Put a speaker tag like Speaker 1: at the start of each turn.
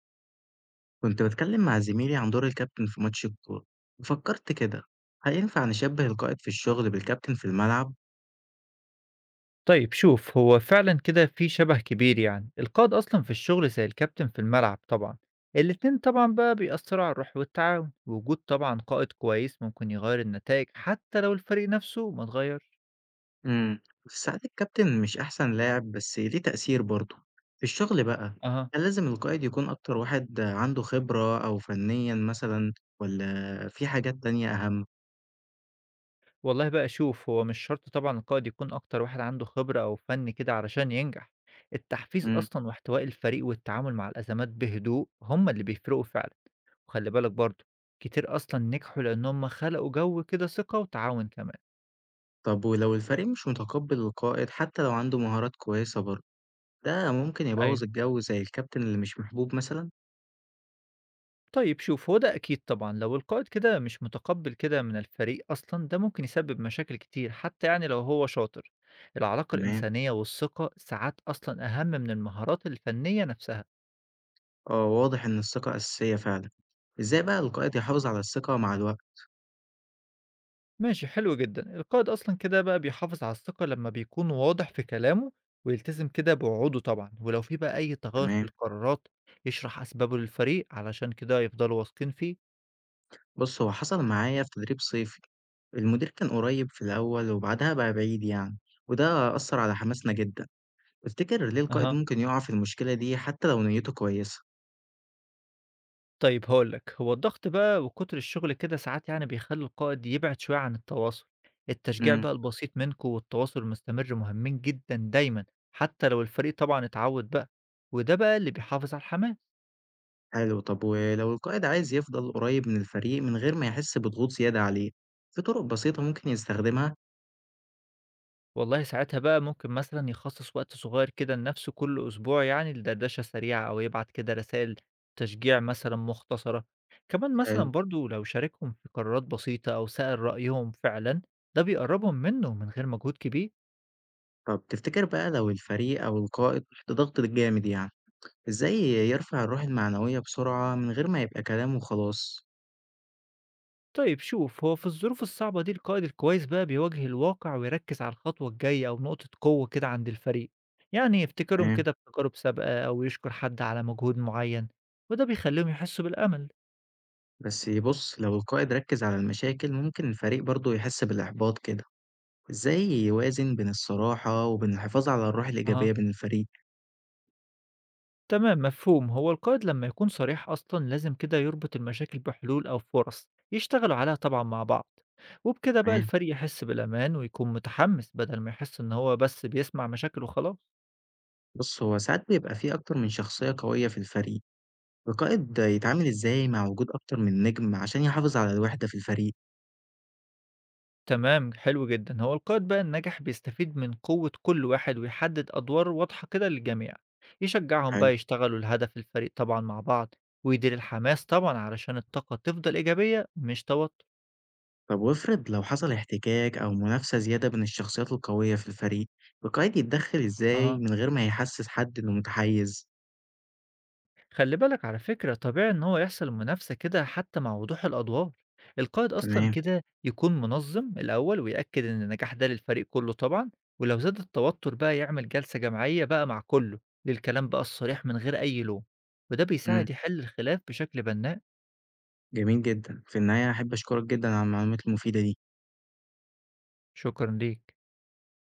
Speaker 1: كنت بتكلم مع زميلي عن دور الكابتن في ماتش الكورة وفكرت كده، هل ينفع نشبه القائد في الشغل بالكابتن في الملعب؟
Speaker 2: طيب شوف، هو فعلا كده في شبه كبير. يعني القائد أصلا في الشغل زي الكابتن في الملعب طبعا. الاتنين طبعا بقى بيأثروا على الروح والتعاون، وجود طبعا قائد كويس ممكن يغير النتائج حتى لو الفريق نفسه ما اتغير.
Speaker 1: امم ساعات الكابتن مش أحسن لاعب بس ليه تأثير برضه في الشغل بقى،
Speaker 2: أها،
Speaker 1: هل لازم القائد يكون أكتر واحد عنده خبرة أو فنيا مثلا ولا في حاجات تانية أهم؟
Speaker 2: والله بقى شوف، هو مش شرط طبعا القائد يكون أكتر واحد عنده خبرة أو فن كده علشان ينجح. التحفيز
Speaker 1: امم
Speaker 2: أصلا واحتواء الفريق والتعامل مع الأزمات بهدوء هما اللي بيفرقوا فعلا. وخلي بالك برضه، كتير أصلا نجحوا لأنهم خلقوا جو كده ثقة وتعاون كمان.
Speaker 1: طب ولو الفريق مش متقبل القائد حتى لو عنده مهارات كويسة برضه، ده ممكن يبوظ
Speaker 2: أيوه،
Speaker 1: الجو زي الكابتن اللي مش محبوب مثلا؟
Speaker 2: طيب شوف، هو ده أكيد طبعًا، لو القائد كده مش متقبّل كده من الفريق أصلًا، ده ممكن يسبب مشاكل كتير حتى يعني لو هو شاطر. العلاقة
Speaker 1: تمام.
Speaker 2: الإنسانية والثقة ساعات أصلًا أهم من المهارات الفنية نفسها.
Speaker 1: آه، واضح إن الثقة أساسية فعلًا. إزاي بقى القائد يحافظ على الثقة مع الوقت؟
Speaker 2: ماشي حلو جدًا، القائد أصلًا كده بقى بيحافظ على الثقة لمّا بيكون واضح في كلامه، ويلتزم كده بوعوده طبعًا، ولو في بقى أي تغيُّر في
Speaker 1: تمام.
Speaker 2: القرارات يشرح أسبابه للفريق علشان كده يفضلوا واثقين فيه.
Speaker 1: بُص هو حصل معايا في تدريب صيفي، المدير كان قريب في الأول وبعدها بقى بعيد يعني، وده أثّر على حماسنا جدًا. تفتكر ليه القائد
Speaker 2: أها.
Speaker 1: ممكن يقع في المشكلة دي حتى لو نيته كويسة؟
Speaker 2: طيب هاقول لك، هو الضغط بقى وكتر الشغل كده ساعات يعني بيخلّي القائد يبعد شوية عن التواصل، التشجيع
Speaker 1: إمم،
Speaker 2: بقى البسيط منكم والتواصل المستمر مهمين جدًا دايمًا، حتى لو الفريق طبعًا اتعوّد بقى، وده بقى اللي بيحافظ على الحماس.
Speaker 1: حلو. طب ولو القائد عايز يفضل قريب من الفريق من غير ما يحس بضغوط زيادة عليه، في طرق بسيطة ممكن يستخدمها؟
Speaker 2: والله ساعتها بقى ممكن مثلًا يخصص وقت صغير كده لنفسه كل أسبوع، يعني لدردشة سريعة أو يبعت كده رسائل تشجيع مثلًا مختصرة، كمان مثلًا
Speaker 1: حلو.
Speaker 2: برضه لو شاركهم في قرارات بسيطة أو سأل رأيهم فعلًا، ده بيقرّبهم منه من غير مجهود كبير.
Speaker 1: طب تفتكر بقى لو الفريق أو القائد تحت ضغط جامد يعني، إزاي يرفع الروح المعنوية بسرعة من غير ما يبقى كلام وخلاص؟
Speaker 2: طيب شوف، هو في الظروف الصعبة دي القائد الكويس بقى بيواجه الواقع ويركز على الخطوة الجاية أو نقطة قوة كده عند الفريق، يعني يفتكرهم
Speaker 1: تمام.
Speaker 2: كده بتجارب سابقة أو يشكر حد على مجهود معين، وده بيخليهم يحسوا بالأمل.
Speaker 1: بس بُص، لو القائد ركّز على المشاكل ممكن الفريق برضه يحس بالإحباط كده، إزاي يوازن بين الصراحة وبين الحفاظ على الروح
Speaker 2: اها،
Speaker 1: الإيجابية بين الفريق؟
Speaker 2: تمام مفهوم. هو القائد لما يكون صريح أصلا لازم كده يربط المشاكل بحلول أو فرص يشتغلوا عليها طبعا مع بعض، وبكده بقى
Speaker 1: تمام.
Speaker 2: الفريق يحس بالأمان ويكون متحمس بدل ما يحس إن هو بس بيسمع مشاكل وخلاص.
Speaker 1: بُص، هو ساعات بيبقى في أكتر من شخصية قوية في الفريق، القائد يتعامل إزاي مع وجود أكتر من نجم عشان يحافظ على الوحدة في الفريق؟
Speaker 2: تمام، حلو جدا. هو القائد بقى الناجح بيستفيد من قوة كل واحد ويحدد أدوار واضحة كده للجميع، يشجعهم
Speaker 1: حلو.
Speaker 2: بقى يشتغلوا لهدف الفريق طبعا مع بعض، ويدير الحماس طبعا علشان الطاقة تفضل إيجابية مش توتر.
Speaker 1: طب وافرض لو حصل احتكاك أو منافسة زيادة بين الشخصيات القوية في الفريق، القائد يتدخل إزاي
Speaker 2: أها،
Speaker 1: من غير ما يحسس حد إنه متحيز؟
Speaker 2: خلي بالك على فكرة، طبيعي إن هو يحصل منافسة كده حتى مع وضوح الأدوار، القائد أصلا
Speaker 1: تمام،
Speaker 2: كده يكون منظم الأول ويأكد إن النجاح ده للفريق كله طبعا، ولو زاد التوتر بقى يعمل جلسة جماعية بقى مع كله للكلام بقى الصريح من غير أي لوم، وده
Speaker 1: إمم،
Speaker 2: بيساعد يحل الخلاف بشكل بناء.
Speaker 1: جميل جدًا، في النهاية أحب أشكرك جدًا على المعلومات المفيدة دي.
Speaker 2: شكرا ليك.